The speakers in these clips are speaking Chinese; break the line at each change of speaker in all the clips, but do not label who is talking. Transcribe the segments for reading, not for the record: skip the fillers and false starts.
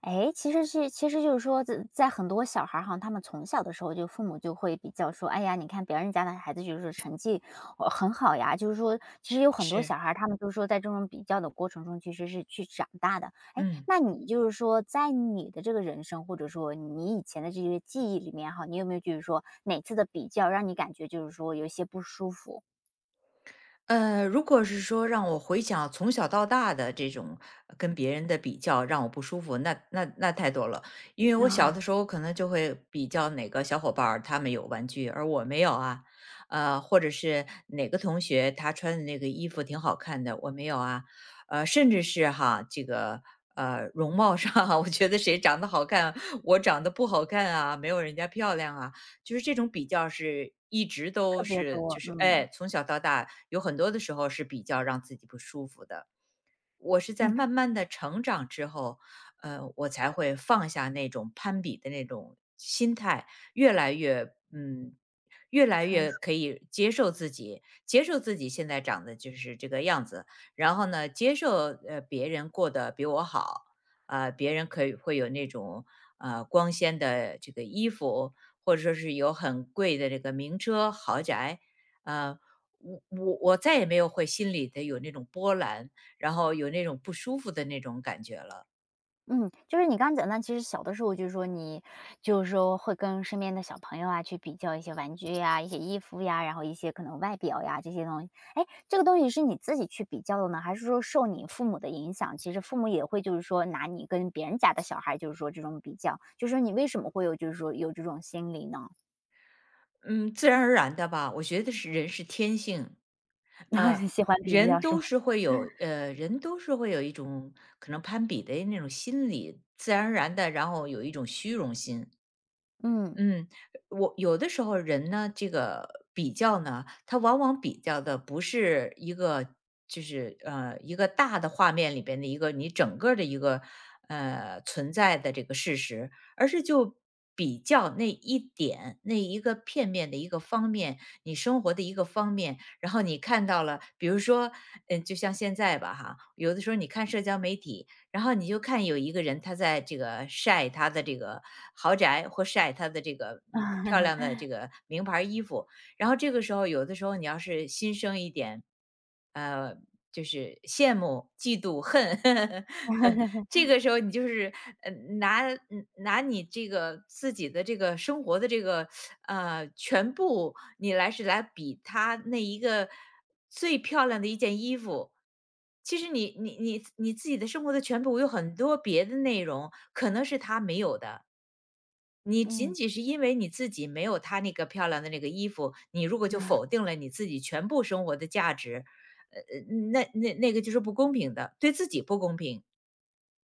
哎，其实就是说，在很多小孩儿哈，他们从小的时候就父母就会比较说，哎呀，你看别人家的孩子就是成绩很好呀，就是说，其实有很多小
是，
孩儿他们都说在这种比较的过程中，其实是去长大的。哎，
嗯，
那你就是说在你的这个人生，或者说你以前的这些记忆里面哈，你有没有就是说哪次的比较让你感觉就是说有一些不舒服？
如果是说让我回想从小到大的这种跟别人的比较让我不舒服，那太多了。因为我小的时候可能就会比较哪个小伙伴儿他们有玩具，而我没有啊，或者是哪个同学他穿的那个衣服挺好看的，我没有啊，甚至是哈这个。容貌上，我觉得谁长得好看，我长得不好看啊，没有人家漂亮啊，就是这种比较是一直
特
都
别
是
多，
就是
嗯。
哎，从小到大有很多的时候是比较让自己不舒服的。我是在
嗯，
慢慢的成长之后，我才会放下那种攀比的那种心态，越来越嗯，越来
成。
越可以接受自己，接受自己现在长得就是这个样子，然后呢，接受别人过得比我好，别人可以会有那种光鲜的这个衣服，或者说是有很贵的这个名车豪宅，呃，我再也没有会心里的有那种波澜，然后有那种不舒服的那种感觉了。
嗯，就是你刚刚讲到，其实小的时候就是说你，就是说会跟身边的小朋友啊去比较一些玩具呀、一些衣服呀，然后一些可能外表呀这些东西。哎，这个东西是你自己去比较的呢，还是说受你父母的影响？其实父母也会就是说拿你跟别人家的小孩，就是说这种比较，就是说你为什么会有就是说有这种心理呢？
嗯，自然而然的吧，我觉得是人是天性，呃，
喜欢比较是吗？
人都是会有一种可能攀比的那种心理，自然而然的，然后有一种虚荣心，
嗯。
嗯，我有的时候人呢，这个比较呢，他往往比较的不是一个，就是一个大的画面里边的一个你整个儿的一个存在的这个事实，而是就比较那一点那一个片面的一个方面，你生活的一个方面，然后你看到了，比如说，嗯，就像现在吧哈，有的时候你看社交媒体，然后你就看有一个人他在这个晒他的这个豪宅或晒他的这个漂亮的这个名牌儿衣服，然后这个时候有的时候你要是心生一点，呃，就是羡慕、嫉妒、恨，这个时候你就是呃拿你这个自己的这个生活的这个全部你来是来比她那一个最漂亮的一件衣服。其实你自己的生活的全部有很多别的内容，可能是她没有的。你仅
嗯。
仅是因为你自己没有她那个漂亮的那个衣服，你如果就否定了你自己全部生活的价值，那个就是不公平的，对自己不公平。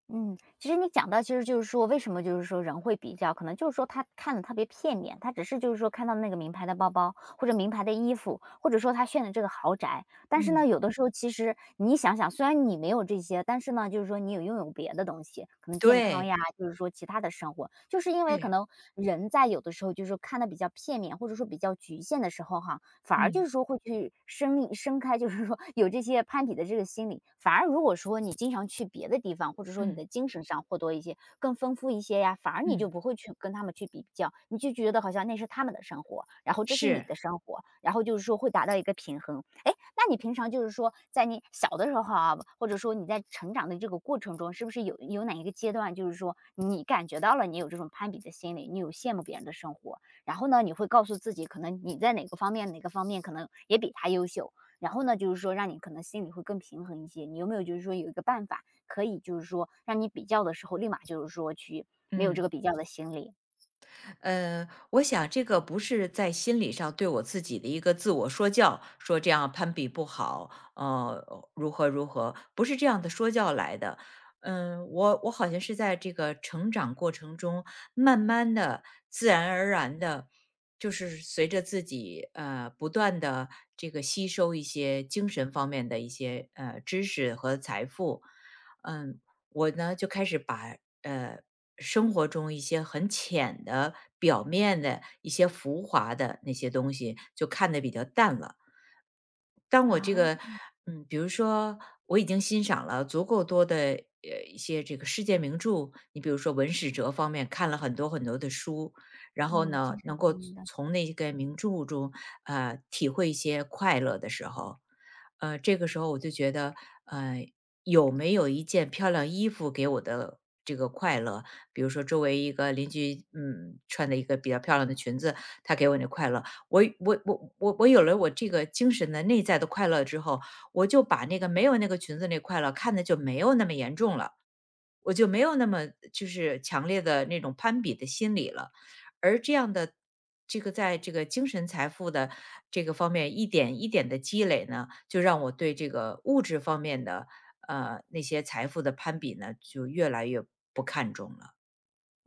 嗯，其实你讲到，其实就是说，为什么就是说人会比较，可能就是说他看的特别片面，他只是就是说看到那个名牌的包包，或者名牌的衣服，或者说他炫的这个豪宅，但是
嗯，
呢，有的时候其实你想想，虽然你没有这些，但是呢，就是说你有拥有别的东西，可能健康
对，
呀，就是说其他的生活，就是因为可
对，
能人在有的时候就是说看的比较片面，或者说比较局限的时候哈，反而就
嗯，
是说会去生生开，就是说有这些攀比的这个心理。反而如果说你经常去别的地方，或者说你
嗯，
的精神上获得一些更丰富一些呀，反而你就
嗯，
不会去跟他们去比较，你就觉得好像那是他们的生活，然后这是你
是，
的生活，然后就是说会达到一个平衡。哎，那你平常就是说，在你小的时候啊，或者说你在成长的这个过程中，是不是有哪一个阶段，就是说你感觉到了你有这种攀比的心理，你有羡慕别人的生活，然后呢，你会告诉自己，可能你在哪个方面哪个方面可能也比他优秀，然后呢，就是说让你可能心里会更平衡一些。你有没有就是说有一个办法，可以就是说让你比较的时候，立马就是说去没有这
嗯。
个比较的心理
我想这个不是在心理上对我自己的一个自我说教，说这样攀比不好，如何如何，不是这样的说教来的。嗯，我好像是在这个成长过程中，慢慢的、自然而然的，就是随着自己不断的这个吸收一些精神方面的一些知识和财富，嗯、我呢就开始把呃生活中一些很浅的、表面的一些浮华的那些东西，就看得比较淡了。当我这
啊？
个，比如说我已经欣赏了足够多的一些这个世界名著，你比如说文史哲方面看了很多很多的书，然后
嗯，精
呢，
神
能
方
够
面的。
从那个名著中体会一些快乐的时候，这个时候我就觉得，呃，有没有一件漂亮衣服给我的这个快乐？比如说周围一个邻居，穿的一个比较漂亮的裙子，她给我那快乐。我有了我这个精神的内在的快乐之后，我就把那个没有那个裙子那快乐看的就没有那么严重了，我就没有那么就是强烈的那种攀比的心理了。而这样的这个在这个精神财富的这个方面一点一点的积累呢，就让我对这个物质方面的那些财富的攀比呢，就越来越不看重了。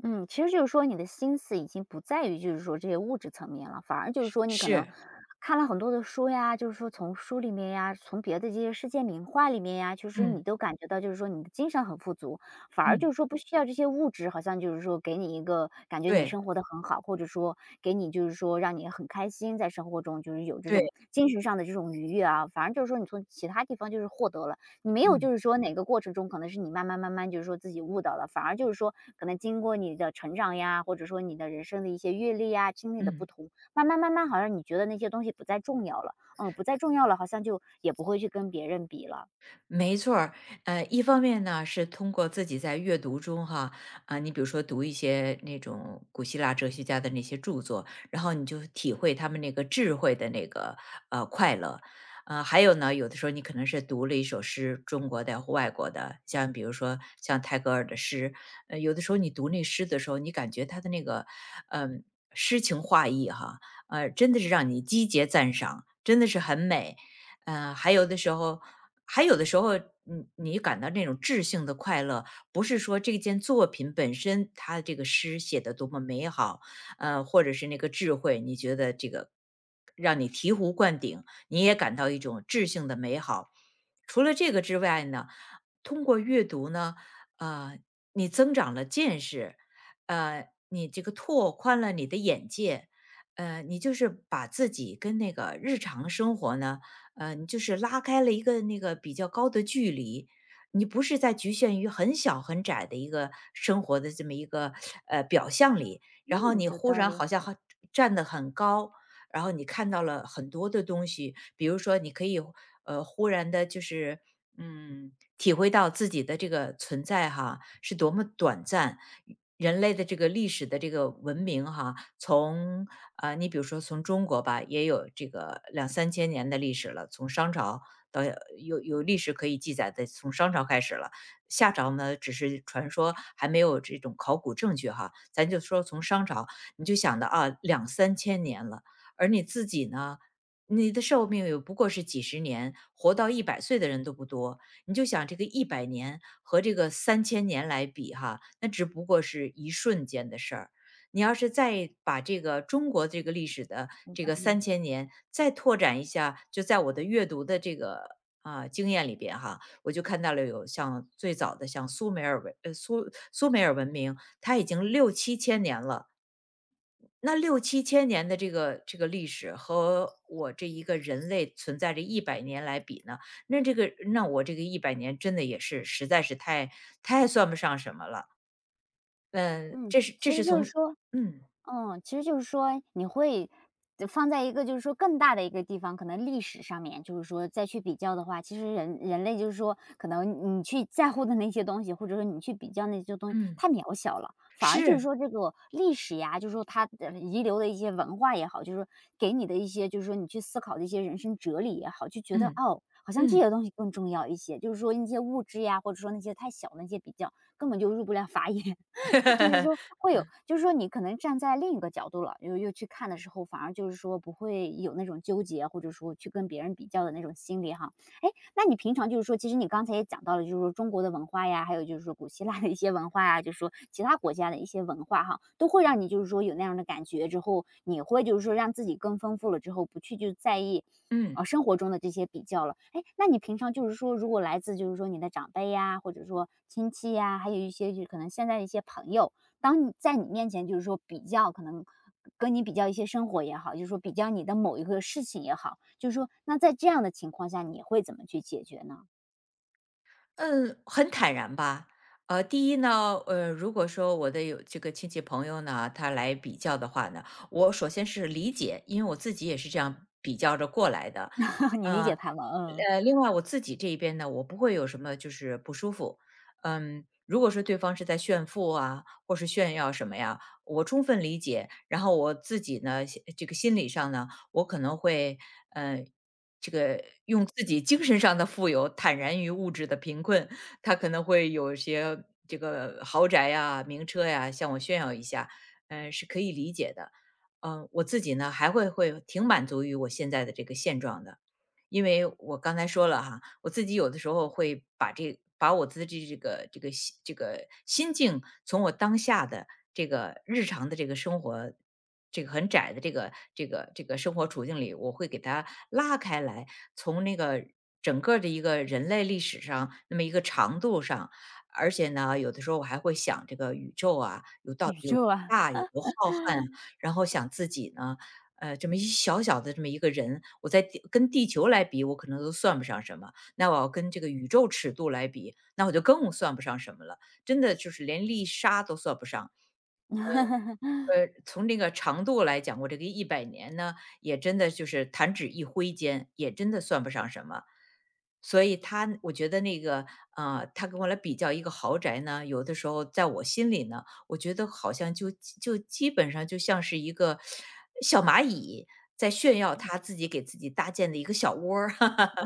嗯，其实就是说你的心思已经不在于就是说这些物质层面了，反而就是说你可能
是，
看了很多的书呀，就是说从书里面呀，从别的这些世界名画里面呀，其实你
嗯
都感觉到就是说你的精神很富足，反而
嗯，
就是说不需要这些物质，好像就是说给你一个感觉你
对
生活的很好，或者说给你就是说让你很开心，在生活中就是有这
对，
种精神上的这种愉悦啊，反而就是说你从其他地方就是获得了。你没有
嗯
就是说哪个过程中可能是你慢慢慢慢就是说自己悟到了，反而就是说可能经过你的成长呀，或者说你的人生的一些阅历呀、经历的不
嗯。
同，慢慢慢慢好像你觉得那些东西不再重要了，嗯，不再重要了，好像就也不会去跟别人比了。
没错儿，一方面呢是通过自己在阅读中哈，你比如说读一些那种古希腊哲学家的那些著作，然后你就体会他们那个智慧的那个快乐，还有呢，有的时候你可能是读了一首诗，中国的或外国的，像比如说像泰戈尔的诗，有的时候你读那诗的时候，你感觉他的那个嗯、诗情画意哈，真的是让你击节赞赏，真的是很美。呃，还有的时候还有的时候，你感到那种质性的快乐，不是说这件作品本身，它这个诗写的多么美好，或者是那个智慧，你觉得这个让你醍醐灌顶，你也感到一种质性的美好。除了这个之外呢，通过阅读呢，呃，你增长了见识，你这个拓宽了你的眼界，你就是把自己跟那个日常生活呢，就是拉开了一个那个比较高的距离。你不是在局限于很小很窄的一个生活的这么一个表象里，然后
嗯，
你
有
忽
道
然
理，
好像好站得很高，然后你看到了很多的东西，比如说你可以忽然的，就是体会到自己的这个存在哈是多么短暂，人类的这个历史的这个文明哈，从你比如说从中国吧，也有这个两三千年的历史了，从商朝到有历史可以记载的，从商朝开始了。夏朝呢，只是传说，还没有这种考古证据哈。咱就说从商朝，你就想到啊，两三千年了，而你自己呢？你的寿命也不过是几十年，活到100岁的人都不多。你就想这个一百年和这个三千年来比哈，那只不过是一瞬间的事儿。你要是再把这个中国这个历史的
有
这
道
个
理。
三千年再拓展一下，就在我的阅读的这个经验里边哈，我就看到了有像最早的像苏美尔文明，它已经六七千年了。那六七千年的这个历史和我这一个人类存在这一百年来比呢，那这个那我这个一百年真的也是实在是太算不上什么了。嗯，
嗯，
这是这
其实
是
就是
从
说。
嗯
嗯，其实就是说你会放在一个就是说更大的一个地方，可能历史上面，就是说再去比较的话，其实人类就是说，可能你去在乎的那些东西，或者说你去比较那些东西，
嗯。
太渺小了。反而就是
是，
说这个历史呀，就是说它的遗留的一些文化也好，就是说给你的一些，就是说你去思考的一些人生哲理也好，就觉得
嗯
哦，好像这
嗯
些东西更重要一些。就是说那些物质呀，或者说那些太小的那些比较，根本就入不了法眼。就是说 会有就是说你可能站在另一个角度了，又去看的时候，反而就是说不会有那种纠结，或者说去跟别人比较的那种心理哈。哎。那你平常就是说，其实你刚才也讲到了，就是说中国的文化呀，还有就是说古希腊的一些文化呀，就是说其他国家的一些文化哈，都会让你就是说有那样的感觉之后，你会就是说让自己更丰富了之后，不去就在意。啊，
嗯
生活中的这些比较了，哎，那你平常就是说，如果来自就是说你的长辈呀，或者说亲戚呀，还有一些就可能现在的一些朋友，当你在你面前就是说比较可能跟你比较一些生活也好，就是说比较你的某一个事情也好，就是说那在这样的情况下，你会怎么去解决呢？
嗯，很坦然吧。第一呢，如果说我的有这个亲戚朋友呢，他来比较的话呢，我首先是理解，因为我自己也是这样比较着过来的。
你理解
呃
他吗？嗯，
另外我自己这一边呢，我不会有什么就是不舒服。嗯，如果说对方是在炫富啊，或是炫耀什么呀，我充分理解。然后我自己呢，这个心理上呢，我可能会。嗯。这个用自己精神上的富有坦然于物质的贫困，他可能会有一些这个豪宅呀、名车呀，向我炫耀一下，是可以理解的。我自己呢还会挺满足于我现在的这个现状的。因为我刚才说了哈，我自己有的时候会把我自己这个这个心这个心境，从我当下的这个日常的这个生活，这个很窄的这个生活处境里，我会给它拉开来，从那个整个的一个人类历史上那么一个长度上，而且呢，有的时候我还会想这个宇宙啊，到底
宇
有多
宙啊。
大，有多浩瀚啊。然后想自己呢，这么一小小的这么一个人，我在地跟地球来比，我可能都算不上什么。那我要跟这个宇宙尺度来比，那我就更算不上什么了。真的就是连粒沙都算不上。呃，从这个长度来讲，我这个一百年呢，也真的就是弹指一挥间，也真的算不上什么。所以他我觉得那个，呃，他跟我来比较一个豪宅呢，有的时候在我心里呢，我觉得好像就基本上就像是一个小蚂蚁，在炫耀他自己给自己搭建的一个小窝儿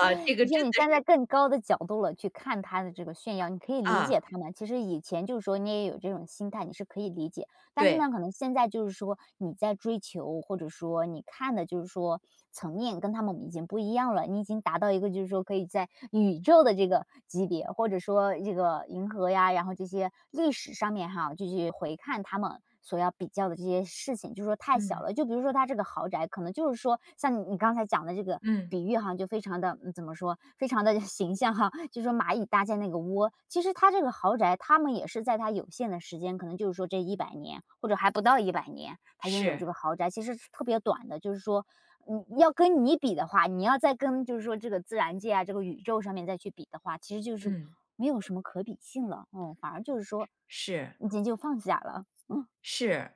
啊，这 个
就是
真
你
的
站在
是
更高的角度了去看他的这个炫耀，你可以理解
啊。
他们。其实以前就是说你也有这种心态，你是可以理解。但是
对。
呢，可能现在就是说你在追求，或者说你看的就是说层面跟他们已经不一样了，你已经达到一个就是说可以在宇宙的这个级别，或者说这个银河呀，然后这些历史上面哈，就去回看他们。所要比较的这些事情，就是说太小
嗯。
了。就比如说它这个豪宅，可能就是说像你刚才讲的这个
嗯。
比喻哈，就非常的怎么说，非常的 形象哈。就是说蚂蚁搭建那个窝，其实它这个豪宅，他们也是在它有限的时间，可能就是说这一百年或者还不到一百年，他拥有这
是。
个豪宅，其实是特别短的。就是说，嗯，要跟你比的话，你要再跟就是说这个自然界啊，这个宇宙上面再去比的话，其实就是
嗯。
没有什么可比性了。嗯，反而就是说，
是。
已经就放下了。嗯。
是，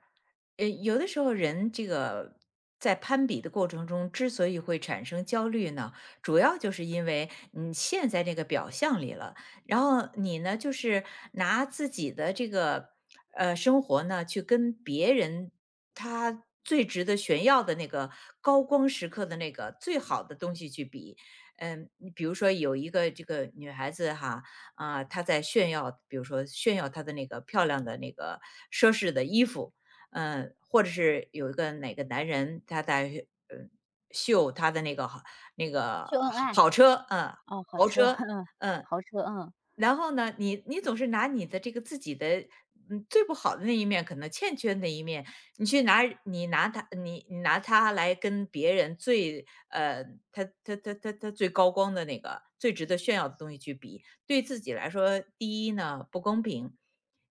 呃，有的时候人这个在攀比的过程中，之所以会产生焦虑呢，主要就是因为你陷在这个表象里了，然后你呢，就是拿自己的这个生活呢，去跟别人他最值得炫耀的那个高光时刻的那个最好的东西去比。嗯，你比如说有一个这个女孩子哈，啊，他在炫耀，比如说炫耀他的那个漂亮的那个奢侈的衣服，嗯，或者是有一个哪个男人他在秀他的那个好那个
秀恩
好
爱，
跑车，嗯，
哦，好
豪
车，
车，
嗯，
嗯。
豪车，嗯，
然后呢，你总是拿你的这个自己的，嗯，最不好的那一面，可能欠缺的那一面，你去拿你拿它，你你拿它来跟别人最，呃，他最高光的那个，最值得炫耀的东西去比。对自己来说，第一呢不公平，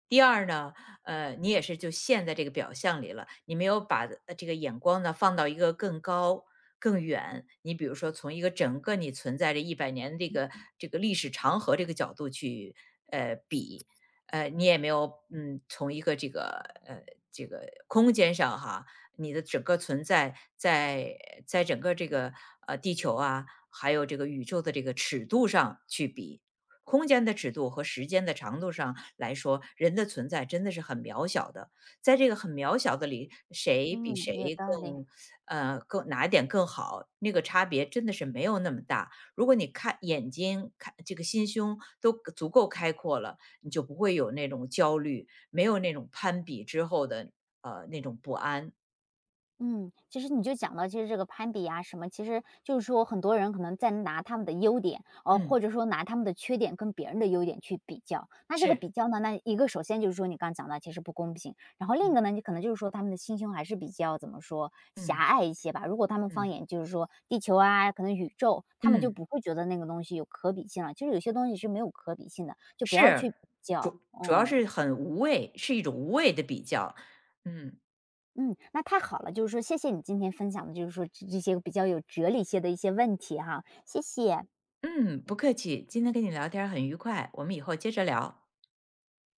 第二呢，呃，你也是就陷在这个表象里了，你没有把这个眼光呢放到一个更高、更远。你比如说，从一个整个你存在着一百年的这个历史长河这个角度去比，呃，你也没有从一个这个呃这个空间上哈，你的整个存在在整个这个地球啊，还有这个宇宙的这个尺度上去比，空间的尺度和时间的长度上来说，人的存在真的是很渺小的。在这个很渺小的里，谁比
嗯，有
谁
道理。
更，呃，更哪一点更好，那个差别真的是没有那么大。如果你看眼睛、看这个心胸都足够开阔了，你就不会有那种焦虑，没有那种攀比之后的那种不安。
嗯，其实你就讲到其实这个攀比啊什么，其实就是说很多人可能在拿他们的优点，哦，
嗯，
或者说拿他们的缺点跟别人的优点去比较。那这个比
是，
较呢，那一个首先就是说你刚讲到其实不公平，然后另一
嗯
个呢，你可能就是说他们的心胸还是比较怎么说狭
嗯
隘一些吧。如果他们放
嗯
眼就是说地球啊，可能宇宙，他们就
嗯。
不会觉得那个东西有可比性了。其实有些东西是没有可比性的，就不要去
是，
比较，
主要
嗯。
是很无谓，是一种无谓的比较。嗯。
嗯，那太好了，就是说谢谢你今天分享的，就是说这些比较有哲理些的一些问题哈，谢谢。
嗯，不客气，今天跟你聊天儿很愉快，我们以后接着聊。